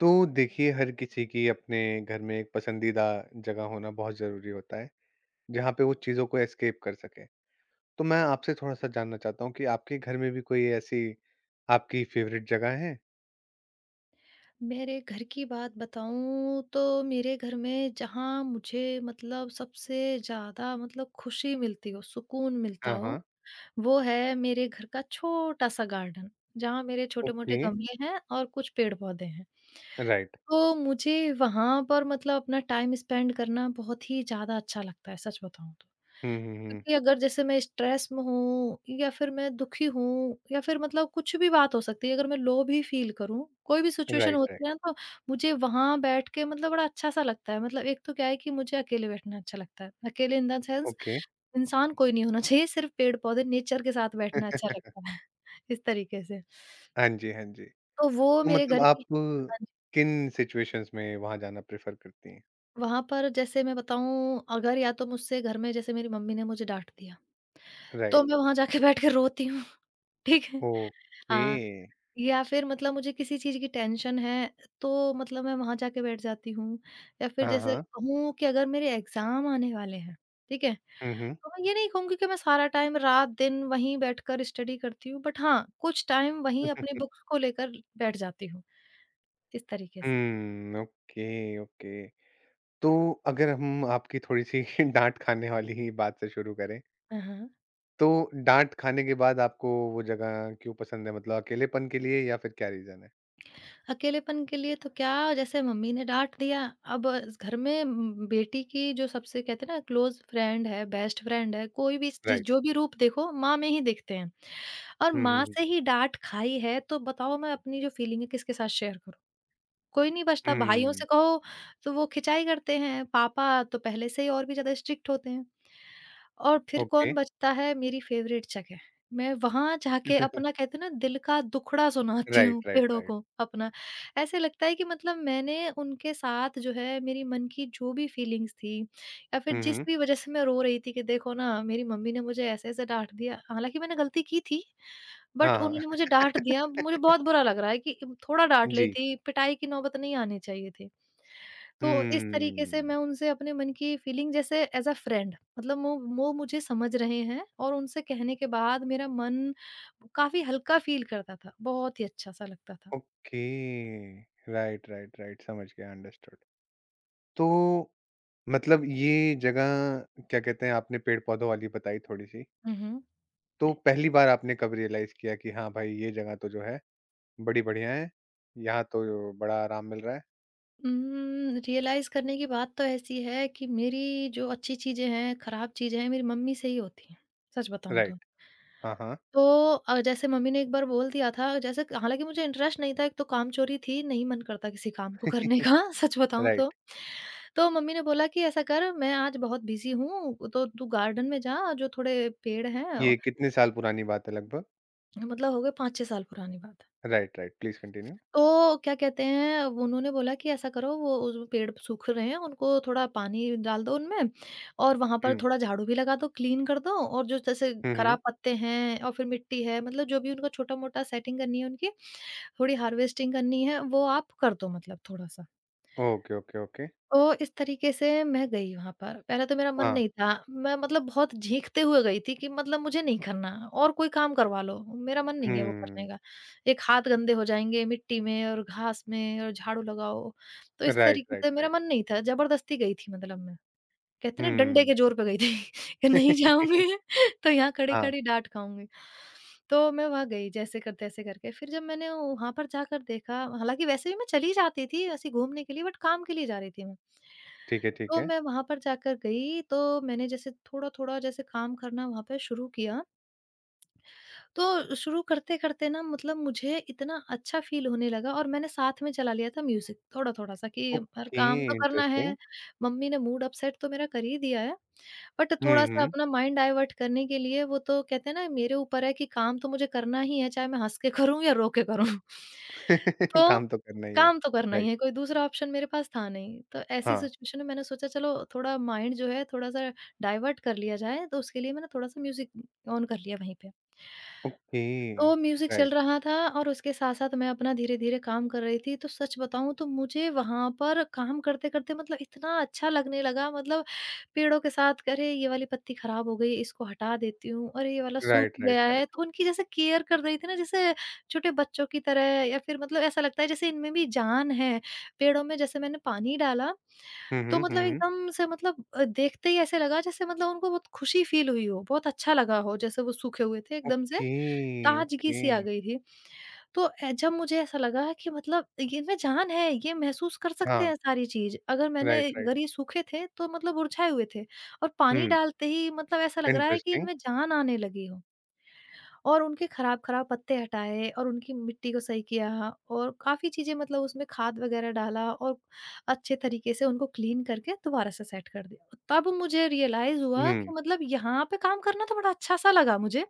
तो देखिए, हर किसी की अपने घर में एक पसंदीदा जगह होना बहुत ज़रूरी होता है, जहाँ पे वो चीज़ों को एस्केप कर सके। तो मैं आपसे थोड़ा-सा जानना चाहता हूँ कि आपके घर में भी कोई ऐसी आपकी फ़ेवरेट जगह है? मेरे घर की बात बताऊँ तो मेरे घर में जहाँ मुझे मतलब सबसे ज़्यादा मतलब खुशी मिलती हो, सुकून मिलता हाँ, हो, हाँ। वो है मेरे घर का छोटा-सा गार्डन, जहाँ मेरे छोटे-मोटे ओके, गमले हैं और कुछ पेड़-पौधे हैं। राइट। तो मुझे वहाँ पर मतलब अपना टाइम स्पेंड करना बहुत ही ज़्यादा अच्छा लगता है, सच बताऊँ तो। हुँ, हुँ, हुँ। क्योंकि अगर जैसे मैं स्ट्रेस में हूँ या फिर मैं दुखी हूँ या फिर मतलब कुछ भी बात हो सकती है अगर मैं लो भी फील करूँ कोई भी सिचुएशन राइट, राइट। होती है ना, तो मुझे वहां बैठ के मतलब बड़ा अच्छा सा लगता है। मतलब एक तो क्या है कि मुझे अकेले बैठना अच्छा लगता है, अकेले इन द सेंस ओके। इंसान कोई नहीं होना चाहिए, सिर्फ पेड़ पौधे नेचर के साथ बैठना अच्छा लगता है। इस तरीके से हाँ जी, हाँ जी। तो तो वो मेरे मतलब घर आप की। हाँ जी, किन सिचुएशंस में वहाँ जाना प्रेफ़र करती हैं? वहां पर जैसे मैं बताऊं, अगर या तो मुझसे घर में जैसे मेरी मम्मी ने मुझे डांट दिया, तो राइट। मैं वहां जाके बैठ के रोती हूँ। ठीक है। ओके। हाँ, या फिर मतलब मुझे किसी चीज़ की टेंशन है, तो मतलब मैं वहाँ जाके बैठ जाती हूँ, या फिर हाँ, जैसे हाँ। कहूँ कि अगर मेरे एग्ज़ाम आने वाले हैं, ठीक है? हुँ, हुँ। तो मैं ये नहीं कहूँगी कि मैं सारा टाइम रात-दिन वहीं बैठकर स्टडी करती हूँ, बट हाँ, कुछ टाइम वहीं अपनी बुक्स को लेकर बैठ जाती हूँ, इस हुँ, तरीके से। Okay, okay. तो अगर हम आपकी थोड़ी-सी डाँट खाने वाली ही बात से शुरू करें, हाँ, हाँ। तो डाँट खाने के बाद आपको वो जगह क्यों पसंद है? मतलब अकेलेपन के लिए या फिर क्या रीज़न है? अकेलेपन के लिए तो क्या, जैसे मम्मी ने डाँट दिया, अब इस घर में बेटी की जो सबसे कहते हैं ना क्लोज़ फ्रेंड है, बेस्ट फ्रेंड है, कोई भी जिस राइट। जो भी रूप देखो माँ में ही देखते हैं। और हुँ, हुँ, माँ हुँ। से ही डाँट खाई है, तो बताओ मैं अपनी जो फीलिंग है किसके साथ शेयर करूँ? कोई नहीं बचता, भाइयों हुँ, से कहो तो वो खिंचाई करते हैं, पापा तो पहले से ही और भी ज़्यादा स्ट्रिक्ट होते हैं। और फिर ओके। कौन बचता है, मेरी फेवरेट जगह। मैं वहाँ जाके अपना कहते हैं ना दिल का दुखड़ा सुनाती राइट, हूँ राइट, पेड़ों राइट। को अपना। ऐसे लगता है कि मतलब मैंने उनके साथ जो है मेरी मन की जो भी फीलिंग्स थी, या फिर हुँ, जिस हुँ। भी वजह से मैं रो रही थी कि देखो ना मेरी मम्मी ने मुझे ऐसे-ऐसे डाँट दिया। हालाँकि मैंने गलती की थी, बट हाँ, हाँ। उन्होंने मुझे डाँट दिया, मुझे बहुत बुरा लग रहा है कि थोड़ा डाँट जी। लेती, पिटाई की नौबत नहीं आनी चाहिए थी। तो इस तरीके से हम्म, मैं उनसे अपने मन की फीलिंग जैसे एज़ अ फ्रेंड, मतलब वो मुझे समझ रहे हैं, और उनसे कहने के बाद मेरा मन काफ़ी हल्का फ़ील करता था। बहुत ही अच्छा-सा लगता था। ओके। राइट, राइट, राइट, समझ गया, अंडरस्टूड। तो मतलब ये जगह क्या कहते हैं, आपने पेड़-पौधों वाली बताई थोड़ी-सी, हुँ, हुँ। तो पहली बार आपने कब रियलाइज़ किया कि हाँ भाई, ये जगह तो जो है बड़ी बढ़िया है, यहाँ तो बड़ा आराम मिल रहा है। रियलाइज़ करने की बात तो ऐसी है कि मेरी जो अच्छी चीज़ें हैं, खराब चीज़ें हैं, मेरी मम्मी से ही होती हैं। सच बताऊँ राइट, तो। हाँ, हाँ। तो जैसे मम्मी ने एक बार बोल दिया था, जैसे हालाँकि मुझे इंटरेस्ट नहीं था, एक तो कामचोरी थी, नहीं मन करता किसी काम को करने का। सच बताऊँ तो। राइट, तो मम्मी ने बोला कि ऐसा कर मैं आज बहुत बिज़ी हूँ, तो तू गार्डन में जा, जो थोड़े पेड़ हैं ये कितने साल पुरानी बात है लगभग? मतलब हो गए 5-6 साल पुरानी बात है। Right, right, please continue. तो क्या कहते हैं, वो उन्होंने बोला कि ऐसा करो वो उस पेड़ सूख रहे हैं, उनको थोड़ा पानी डाल दो उनमें, और वहाँ पर हुँ, थोड़ा झाड़ू भी लगा दो, क्लीन कर दो, और जो जैसे हुँ, हुँ। खराब पत्ते हैं, और फिर मिट्टी है, मतलब जो भी उनका छोटा-मोटा सेटिंग करनी है उनकी, थोड़ी हार्वेस्टिंग करनी है वो आप कर दो, मतलब थोड़ा-सा। Okay, okay, okay. तो इस तरीके से मैं गई वहाँ पर, पहले तो मेरा मन हाँ, नहीं था, मैं मतलब बहुत झींकते हुए गई थी कि मतलब मुझे नहीं करना, और कोई काम करवा लो, मेरा मन नहीं है वो करने हुँ, का। एक हाथ गंदे हो जाएँगे मिट्टी में और घास में और झाड़ू लगाओ, तो इस राइट, तरीके राइट, से मेरा राइट। मन नहीं था, ज़बरदस्ती गई थी मतलब मैं। कहते हैं ना डंडे हुँ। के जोर पे गई थी कि नहीं जाऊँगी तो यहाँ हाँ, खड़ी-खड़ी डाँट खाऊँगी। तो मैं वहाँ गई जैसे कर तैसे करके, फिर जब मैंने वहाँ पर जाकर देखा, हालाँकि वैसे भी मैं चली जाती थी ऐसे घूमने के लिए, बट काम के लिए जा रही थी मैं। ठीक है, ठीक तो है। मैं वहाँ पर जाकर गई तो मैंने जैसे थोड़ा-थोड़ा जैसे काम करना वहाँ पे शुरू किया, तो शुरू करते-करते ना मतलब मुझे इतना अच्छा फ़ील होने लगा, और मैंने साथ में चला लिया था म्यूज़िक थोड़ा-थोड़ा सा, कि हर ओके, काम तो करना इंटरेस्टिंग। है, मम्मी ने मूड अपसेट तो मेरा कर ही दिया है, बट हुँ, थोड़ा-सा हुँ। अपना माइंड डाइवर्ट करने के लिए, वो तो कहते हैं ना मेरे ऊपर है कि काम तो मुझे करना ही है, चाहे मैं हँस के करूँ या रो के करूँ। तो काम तो करना ही है। काम तो करना ही राइट, है, कोई दूसरा ऑप्शन मेरे पास था नहीं। तो ऐसी हाँ, सिचुएशन में मैंने सोचा, चलो थोड़ा माइंड जो है थोड़ा-सा डाइवर्ट कर लिया जाए, तो उसके लिए मैंने थोड़ा-सा म्यूज़िक ऑन कर लिया वहीं पे। ओके। तो म्यूज़िक राइट, चल रहा था और उसके साथ-साथ मैं अपना धीरे-धीरे काम कर रही थी। तो सच बताऊँ तो मुझे वहाँ पर काम करते-करते मतलब इतना अच्छा लगने लगा, मतलब पेड़ों के साथ, कि अरे! ये वाली पत्ती ख़राब हो गई, इसको हटा देती हूँ। अरे! ये वाला सूख राइट, राइट, गया राइट। है। तो उनकी जैसे केयर कर रही थी ना, जैसे छोटे बच्चों की तरह, या फिर मतलब ऐसा लगता है जैसे इनमें भी जान है। पेड़ों में जैसे मैंने पानी डाला, हुँ, तो हुँ, मतलब हुँ, हुँ। एकदम से मतलब देखते ही ऐसे लगा जैसे मतलब उनको बहुत खुशी फ़ील हुई हो, बहुत अच्छा लगा हो, जैसे वो सूखे हुए थे एकदम से। ओके, ताजगी ओके। सी आ गई थी। तो जब मुझे ऐसा लगा कि मतलब ये इनमें जान है, ये महसूस कर सकते हाँ, हैं सारी चीज़। अगर मैंने राइट, राइट। अगर ये सूखे थे तो मतलब मुरझाए हुए थे, और पानी हुँ, डालते ही मतलब ऐसा लग रहा है कि इंटरेस्टिंग। इनमें जान आने लगी हो। और उनके खराब-खराब पत्ते हटाए और उनकी मिट्टी को सही किया, और काफ़ी चीज़ें मतलब उसमें खाद वगैरह डाला, और अच्छे तरीके से उनको क्लीन करके दोबारा से सेट कर दिया। तब मुझे रियलाइज़ हुआ हुँ। कि मतलब यहाँ पे काम करना तो बड़ा अच्छा-सा लगा मुझे,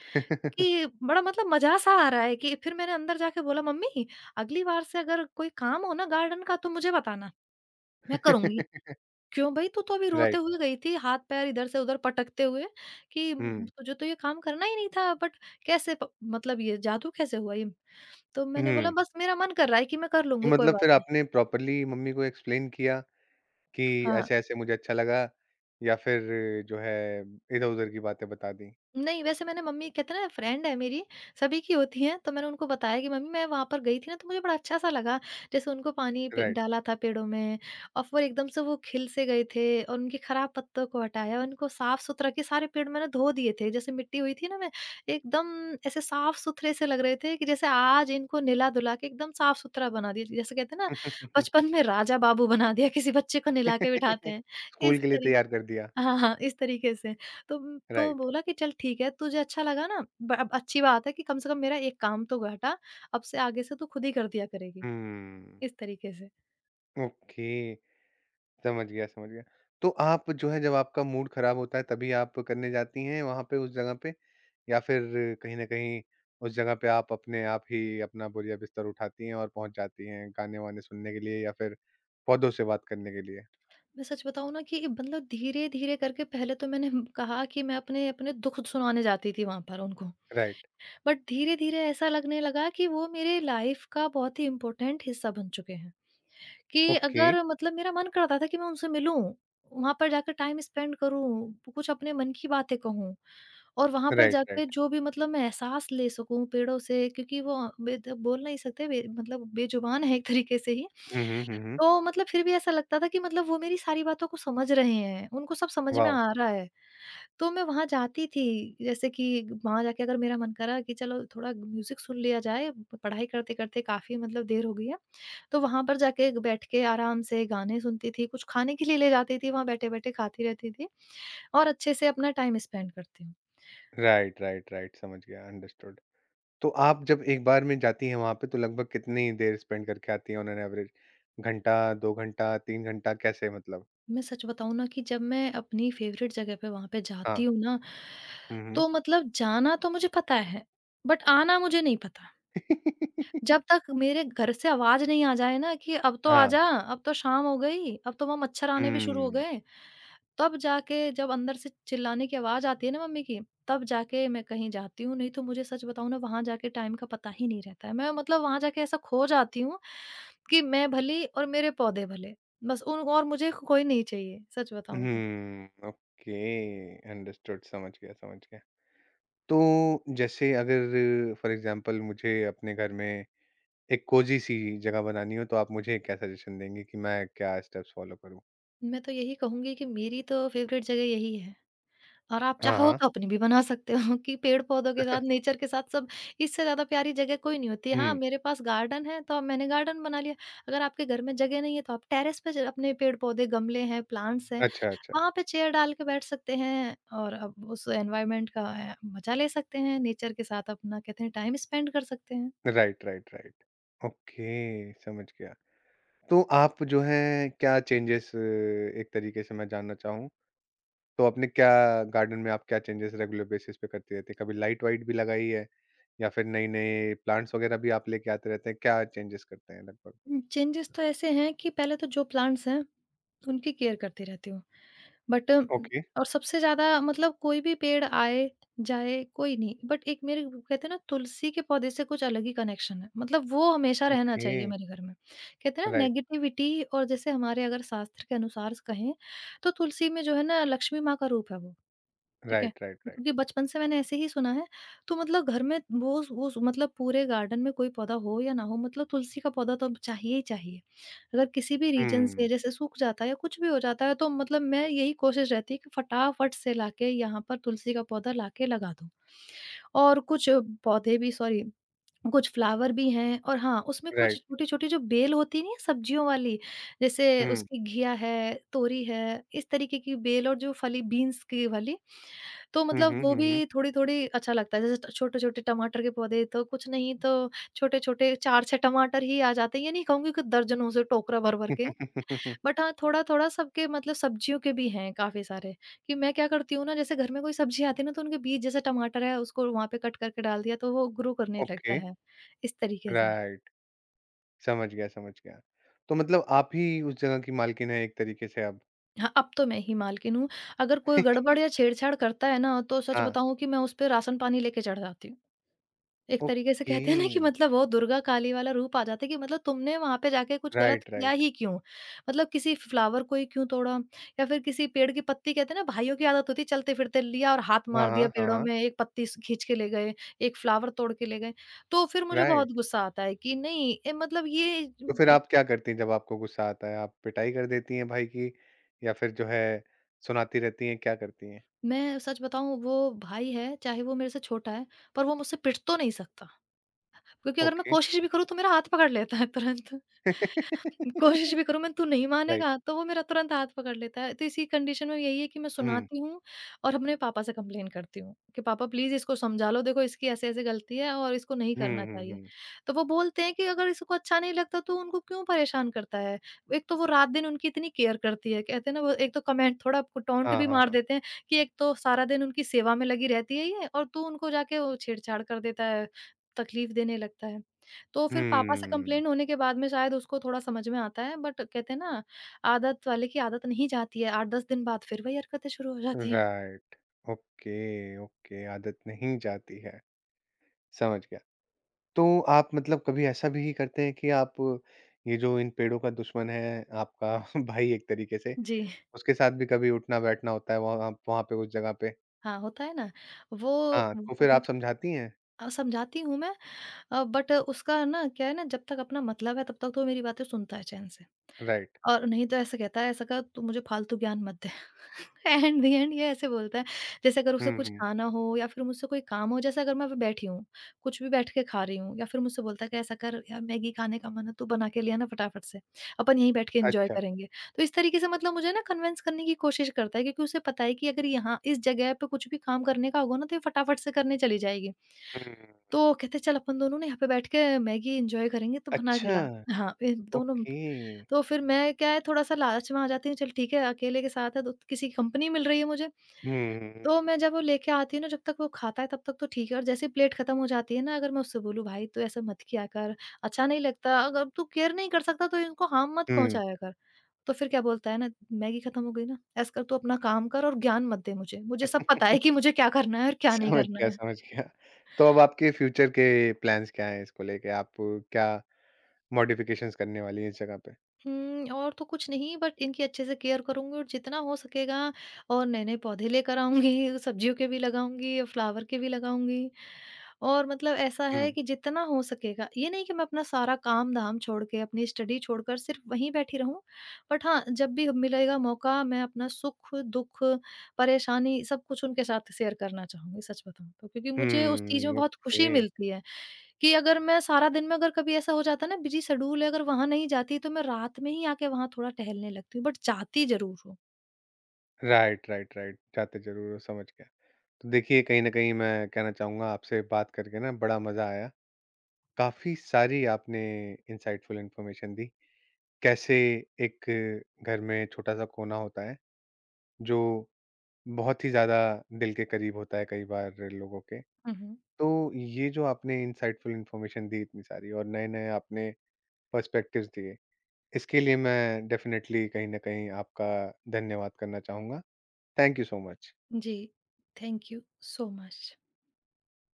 कि बड़ा मतलब मज़ा-सा आ रहा है। कि फिर मैंने अंदर जाके बोला, "मम्मी, अगली बार से अगर कोई काम हो ना गार्डन का तो मुझे बताना, मैं करूँगी।" क्यों भई, तू तो अभी रोते राइट। हुए गई थी, हाथ पैर इधर से उधर पटकते हुए कि हुँ, "तुझे तो ये काम करना ही नहीं था, बट कैसे प मतलब ये जादू कैसे हुआ ये? तो मैंने बोला हुँ। बस मेरा मन कर रहा है कि मैं कर तो लूँगी, कोई मतलब बात फिर नहीं। आपने प्रॉपर्ली मम्मी को एक्सप्लेन किया कि हाँ। ऐसे-ऐसे मुझे अच्छा लगा या फिर जो है इधर-उधर की बातें बता दी? नहीं, वैसे मैंने मम्मी, कहते हैं ना फ्रेंड है मेरी, सभी की होती है, तो मैंने उनको बताया कि मम्मी मैं वहाँ पर गई थी ना, तो मुझे बड़ा अच्छा-सा लगा। जैसे उनको पानी प राइट। डाला था पेड़ों में, और फिर एकदम से वो खिल से गए थे, और उनके खराब पत्तों को हटाया, उनको साफ-सुथरा के सारे पेड़ मैंने धो दिए थे। जैसे मिट्टी हुई थी ना मैं, एकदम ऐसे साफ-सुथरे से लग रहे थे कि जैसे आज इनको नहला-धुला के एकदम साफ-सुथरा बना दिया। जैसे कहते हैं ना बचपन में राजा बाबू बना दिया, किसी बच्चे को नहला के बिठाते हैं, स्कूल इस के लिए तरी तैयार कर दिया। हाँ, हाँ, इस तरीके से। तो तो राइट। बोला कि चल ठीक है, तुझे अच्छा लगा ना ब अब अच्छी बात है कि कम से कम मेरा एक काम तो घटा, अब से आगे से तू खुद ही कर दिया करेगी, हुँ। इस तरीके से। ओके, समझ गया, समझ गया। तो आप जो है जब आपका मूड खराब होता है तभी आप करने जाती हैं वहाँ पे उस जगह पे? या फिर कहीं न कहीं उस जगह पे आप अपने आप ही अपना बोरिया-बिस्तर उठाती हैं और पहुँच जाती हैं गाने-वाने सुनने के लिए या फिर पौधों से बात करने के लिए? मैं सच बताऊँ ना कि मतलब धीरे-धीरे करके पहले तो मैंने कहा कि मैं अपने-अपने दुःख सुनाने जाती थी वहाँ पर उनको। राइट, बट धीरे-धीरे ऐसा लगने लगा कि वो मेरे लाइफ़ का बहुत ही इम्पोर्टेंट हिस्सा बन चुके हैं, कि ओके, अगर मतलब मेरा मन करता था कि मैं उनसे मिलूँ, वहाँ पर जाकर टाइम स्पेंड करूँ, कुछ अपने मन की बातें कहूँ। और वहाँ पर राइट, जाके राइट। जो भी मतलब मैं एहसास ले सकूँ पेड़ों से, क्योंकि वो बेद बोल नहीं सकते, बे मतलब बेज़ुबान है एक तरीके से ही। हुँ, हुँ, हुँ, हुँ। तो मतलब फिर भी ऐसा लगता था कि मतलब वो मेरी सारी बातों को समझ रहे हैं, उनको सब समझ में वाओ! आ रहा है। तो मैं वहाँ जाती थी, जैसे कि वहाँ जाके अगर मेरा मन करा कि चलो थोड़ा म्यूज़िक सुन लिया जाए, पढ़ाई करते-करते काफ़ी मतलब देर हो गई है, तो वहाँ पर जाके बैठ के आराम से गाने सुनती थी, कुछ खाने के लिए ले जाती थी, वहाँ बैठे-बैठे खाती रहती थी, और अच्छे से अपना टाइम स्पेंड करती हूँ। राइट, राइट, राइट, समझ गया, अंडरस्टूड। तो आप जब एक बार में जाती हैं वहाँ पे तो लगभग कितनी देर स्पेंड करके आती हैं ऑन एन एवरेज? घंटा, 2 घंटा, 3 घंटा कैसे मतलब? मैं सच बताऊँ ना कि जब मैं अपनी फ़ेवरेट जगह पे वहाँ पे जाती हाँ। हूँ ना, हुँ, हुँ। तो मतलब जाना तो मुझे पता है, बट आना मुझे नहीं पता। जब तक मेरे घर से आवाज़ नहीं आ जाए ना कि अब तो आ हाँ, जा, अब तो शाम हो गई, अब तो वहाँ मच्छर आने भी शुरू हो हुँ। गए, तब जाके जब अंदर से चिल्लाने की आवाज़ आती है ना मम्मी की, तब जाके मैं कहीं जाती हूँ, नहीं तो मुझे सच बताऊँ ना वहाँ जाके टाइम का पता ही नहीं रहता है। मैं मतलब वहाँ जाके ऐसा खो जाती हूँ कि मैं भली और मेरे पौधे भले, बस उन और मुझे कोई नहीं चाहिए, सच बताऊँ तो। हुँ, ओके, अंडरस्टूड, समझ गया, समझ गया। तो जैसे अगर फॉर एग्जांपल मुझे अपने घर में एक कोजी सी जगह बनानी हो तो आप मुझे क्या सजेशन देंगे कि मैं क्या स्टेप्स फॉलो करूँ? मैं तो यही कहूँगी कि मेरी तो फ़ेवरेट जगह यही है, और आप हाँ, चाहो हाँ। तो अपनी भी बना सकते हो कि पेड़-पौधों के साथ, नेचर के साथ, सब इससे ज़्यादा प्यारी जगह कोई नहीं होती है। हाँ, हुँ, मेरे पास गार्डन है, तो अब मैंने गार्डन बना लिया। अगर आपके घर में जगह नहीं है, तो आप टेरेस पे ज अपने पेड़-पौधे, गमले हैं, प्लांट्स हैं, अच्छा, अच्छा। वहाँ पे चेयर डाल के बैठ सकते हैं और अब उस एनवायरनमेंट का मज़ा ले सकते हैं। नेचर के साथ अपना कहते हैं टाइम स्पेंड कर सकते हैं। Right, right, right. ओके, समझ गया। तो आप जो है क्या चेंजेस एक तरीके से मैं जानना चाहूँ, तो आपने क्या गार्डन में आप क्या चेंजेस रेगुलर बेसिस पे करते रहते हैं? कभी लाइट वाइट भी लगाई है या फिर नए-नए प्लांट्स वगैरह भी आप लेके आते रहते हैं? क्या चेंजेस करते हैं लगभग? चेंजेज़ तो ऐसे हैं कि पहले तो जो प्लांट्स हैं, उनकी केयर करती रहती हूँ। बट ओके, और सबसे ज़्यादा मतलब कोई भी पेड़ आए, जाए कोई नहीं, बट एक मेरे वो कहते हैं ना, तुलसी के पौधे से कुछ अलग ही कनेक्शन है, मतलब वो हमेशा रहना ओके, चाहिए मेरे घर में। कहते हैं ना, राइट। नेगेटिविटी और जैसे हमारे अगर शास्त्र के अनुसार कहें, तो तुलसी में जो है ना, लक्ष्मी माँ का रूप है वो। ठीक है? Right, right, right. क्योंकि बचपन से मैंने ऐसे ही सुना है, तो मतलब घर में वो मतलब पूरे गार्डन में कोई पौधा हो या ना हो, मतलब तुलसी का पौधा तो चाहिए ही चाहिए। अगर किसी भी रीज़न हुँ। से जैसे सूख जाता है या कुछ भी हो जाता है, तो मतलब मैं, यही कोशिश रहती है कि फटाफट से लाके यहाँ पर तुलसी का पौधा लाके लगा दूँ। और पौधे भी सॉरी कुछ फ्लावर भी हैं, और हाँ, उसमें कुछ राइट। छोटी-छोटी जो बेल होती नहीं है सब्जियों वाली, जैसे हुँ। उसकी घिया है, तोरी है, इस तरीके की बेल और जो फली बीन्स की वाली, तो हुँ, मतलब हुँ, वो हुँ, हुँ। भी थोड़ी-थोड़ी अच्छा लगता है। जैसे छोटे-छोटे टमाटर के पौधे, तो कुछ नहीं तो छोटे-छोटे 4-6 टमाटर ही आ जाते हैं। ये नहीं कहूँगी कि दर्जनों से टोकरा भर-भर के। बट हाँ, थोड़ा-थोड़ा सबके मतलब सब्जियों के भी हैं काफ़ी सारे। कि मैं क्या करती हूँ ना, जैसे घर में कोई सब्ज़ी आती है ना, तो उनके बीज, जैसे टमाटर है उसको वहाँ पे कट करके डाल दिया, तो वो ग्रो करने लगता ओके, है, इस तरीके से। राइट। समझ गया, समझ गया। तो मतलब आप ही उस जगह की मालकिन हैं एक तरीके से अब? हाँ, अब तो मैं ही मालकिन हूँ। अगर कोई गड़बड़ या छेड़छाड़ करता है ना, तो सच हाँ, बताऊँ कि मैं उस पे राशन पानी लेके चढ़ जाती हूँ। एक तरीके से ओके। कहते हैं ना कि मतलब वो दुर्गा काली वाला रूप आ जाता है कि मतलब तुमने वहाँ पे जाके कुछ गलत राइट, किया राइट। ही क्यों? मतलब किसी फ्लावर को ही क्यों तोड़ा? या फिर किसी पेड़ की पत्ती, कहते हैं ना भाइयों की आदत होती है, चलते-फिरते लिया और हाथ हाँ, मार हाँ, दिया हाँ, पेड़ों हाँ। में, एक पत्ती स खींच के ले गए, एक फ्लावर तोड़ के ले गए। तो फिर मुझे राइट। बहुत गुस्सा आता है कि नहीं। ए, मतलब ये तो फिर ब आप क्या करती हैं जब आपको गुस्सा आता है? आप पिटाई कर देती हैं भाई की या फिर जो है सुनाती रहती हैं, क्या करती हैं? मैं सच बताऊँ, वो भाई है, चाहे वो मेरे से छोटा है, पर वो मुझसे पिट तो नहीं सकता। क्योंकि अगर मैं ओके। कोशिश भी करूँ, तो मेरा हाथ पकड़ लेता है तुरंत। कोशिश भी करूँ मैं, तू नहीं राइट। मानेगा, तो वो मेरा तुरंत हाथ पकड़ लेता है। तो इसी कंडीशन में यही है कि मैं हुँ। सुनाती हूँ और अपने पापा से कंप्लेन करती हूँ कि पापा प्लीज़ इसको समझा लो, देखो इसकी ऐसे-ऐसे गलती है और इसको नहीं हुँ, करना हुँ, चाहिए। हुँ। तो वो बोलते हैं कि अगर इसको अच्छा नहीं लगता, तो उनको क्यों परेशान करता है? एक तो वो रात-दिन उनकी इतनी केयर करती है, कहते हैं ना, वो एक तो कमेंट, थोड़ा आपको टॉन्ट हाँ, भी हाँ, मार हाँ। देते हैं कि एक तो सारा दिन उनकी सेवा में लगी रहती है ये, और तू उनको जाके वो छेड़छाड़ कर देता है, तकलीफ देने लगता है। तो फिर पापा से हुँ। कंप्लेंट होने के बाद में शायद उसको थोड़ा समझ में आता है, बट कहते हैं ना, आदत वाले की आदत नहीं जाती है, 8-10 दिन बाद फिर वही हरकतें शुरू हो जाती हैं। राइट, ओके, ओके, आदत नहीं जाती है, समझ गया। तो आप मतलब कभी ऐसा भी करते हैं कि आप ये जो इन पेड़ों का दुश्मन है आपका भाई एक तरीके से जी, उसके साथ भी कभी उठना बैठना होता है वहां वहां पे उस जगह पे? हाँ, होता है ना। वो हाँ, तो वो फिर आप मत समझाती हैं? अ, समझाती हूँ मैं, बट उसका ना क्या है ना, जब तक अपना मतलब है तब तक तो मेरी बातें सुनता है चैन से, राइट। और नहीं तो ऐसे कहता है ऐसा कर, तू मुझे फालतू ज्ञान मत दे। एंड द एंड ये ऐसे बोलता है, जैसे अगर उसे हम्म, कुछ हम्म। खाना हो या फिर मुझसे कोई काम हो, जैसे अगर मैं अभी बैठी हूँ, कुछ भी बैठ के खा रही हूँ, या फिर मुझसे बोलता है कि ऐसा कर यार, मैगी खाने का मन है, तू बना के लिया ना फटाफट से, अपन यहीं बैठ के एंजॉय अच्छा। करेंगे। तो इस तरीके से मतलब मुझे ना कन्विंस करने की कोशिश करता है, क्योंकि उसे पता है कि अगर यहाँ इस जगह पे कुछ भी काम करने का होगा ना, तो ये फटाफट से करने चली जाएगी। हम्म। तो कहते, चल अपन दोनों ना यहाँ पे बैठ के मैगी एन्जॉय करेंगे, तो बना के अच्छा। ला। हाँ, ए दोनों। ओके। तो फिर मैं क्या है, थोड़ा-सा लालच में आ जाती हूँ, चल ठीक है, अकेले के साथ है तो किसी की कंपनी मिल रही है मुझे। तो मैं हम्म, जब वो लेके आती हूँ ना, जब तक वो खाता है तब तक तो ठीक है, और जैसे ही प्लेट खत्म हो जाती है ना, अगर मैं उससे बोलूँ, भाई तू ऐसा मत किया कर, अच्छा नहीं लगता, अगर तू केयर नहीं कर सकता, तो इनको हार्म मत हम्म, हम्म। पहुँचाया कर। तो फिर क्या बोलता है ना, मैगी खत्म हो गई ना, ऐसा कर तू अपना काम कर और ज्ञान मत दे मुझे। मुझे सब पता है कि मुझे क्या करना है और क्या नहीं समझ करना गया, है। समझ गया। तो अब आपके फ्यूचर के प्लान्स क्या हैं? इसको लेके आप क्या मॉडिफ़िकेशंस करने वाली है इस जगह पे? और तो कुछ नहीं, बट इनकी अच्छे से केयर करूँगी, और जितना हो सकेगा और नए-नए पौधे लेकर आऊँगी, सब्जियों के भी लगाऊँगी और फ्लावर के भी लगाऊँगी। और मतलब ऐसा हुँ। है कि जितना हो सकेगा, ये नहीं कि मैं अपना सारा काम-धाम छोड़ के, अपनी स्टडी छोड़कर सिर्फ़ वहीं बैठी रहूँ। बट हाँ, जब भी मिलेगा मौका, मैं अपना सुख-दुःख, परेशानी सब कुछ उनके साथ शेयर करना चाहूँगी, सच बताऊँ तो। क्योंकि मुझे उस चीज़ में हुँ, बहुत खुशी ओके। मिलती है। कि अगर मैं सारा दिन में अगर कभी ऐसा हो जाता है ना, बिजी शेड्यूल है, अगर वहाँ नहीं जाती, तो मैं रात में ही आके वहाँ थोड़ा टहलने लगती हूँ, बट जाती ज़रूर हूँ। Right, right, right. जाते ज़रूर हो, समझ गया। तो देखिए, कहीं न कहीं मैं कहना चाहूँगा आपसे बात करके ना बड़ा मज़ा आया। काफ़ी सारी आपने इनसाइटफुल इन्फॉर्मेशन दी, कैसे एक घर में छोटा-सा कोना होता है, जो बहुत ही ज़्यादा दिल के करीब होता है कई बार लोगों के। हुँ, हुँ। तो ये जो आपने इनसाइटफुल इन्फॉर्मेशन दी इतनी सारी और नए-नए आपने पर्सपेक्टिव्स दिए इसके लिए मैं डेफिनेटली कहीं न कहीं आपका धन्यवाद करना चाहूँगा। Thank you so much. जी, थैंक यू सो मच।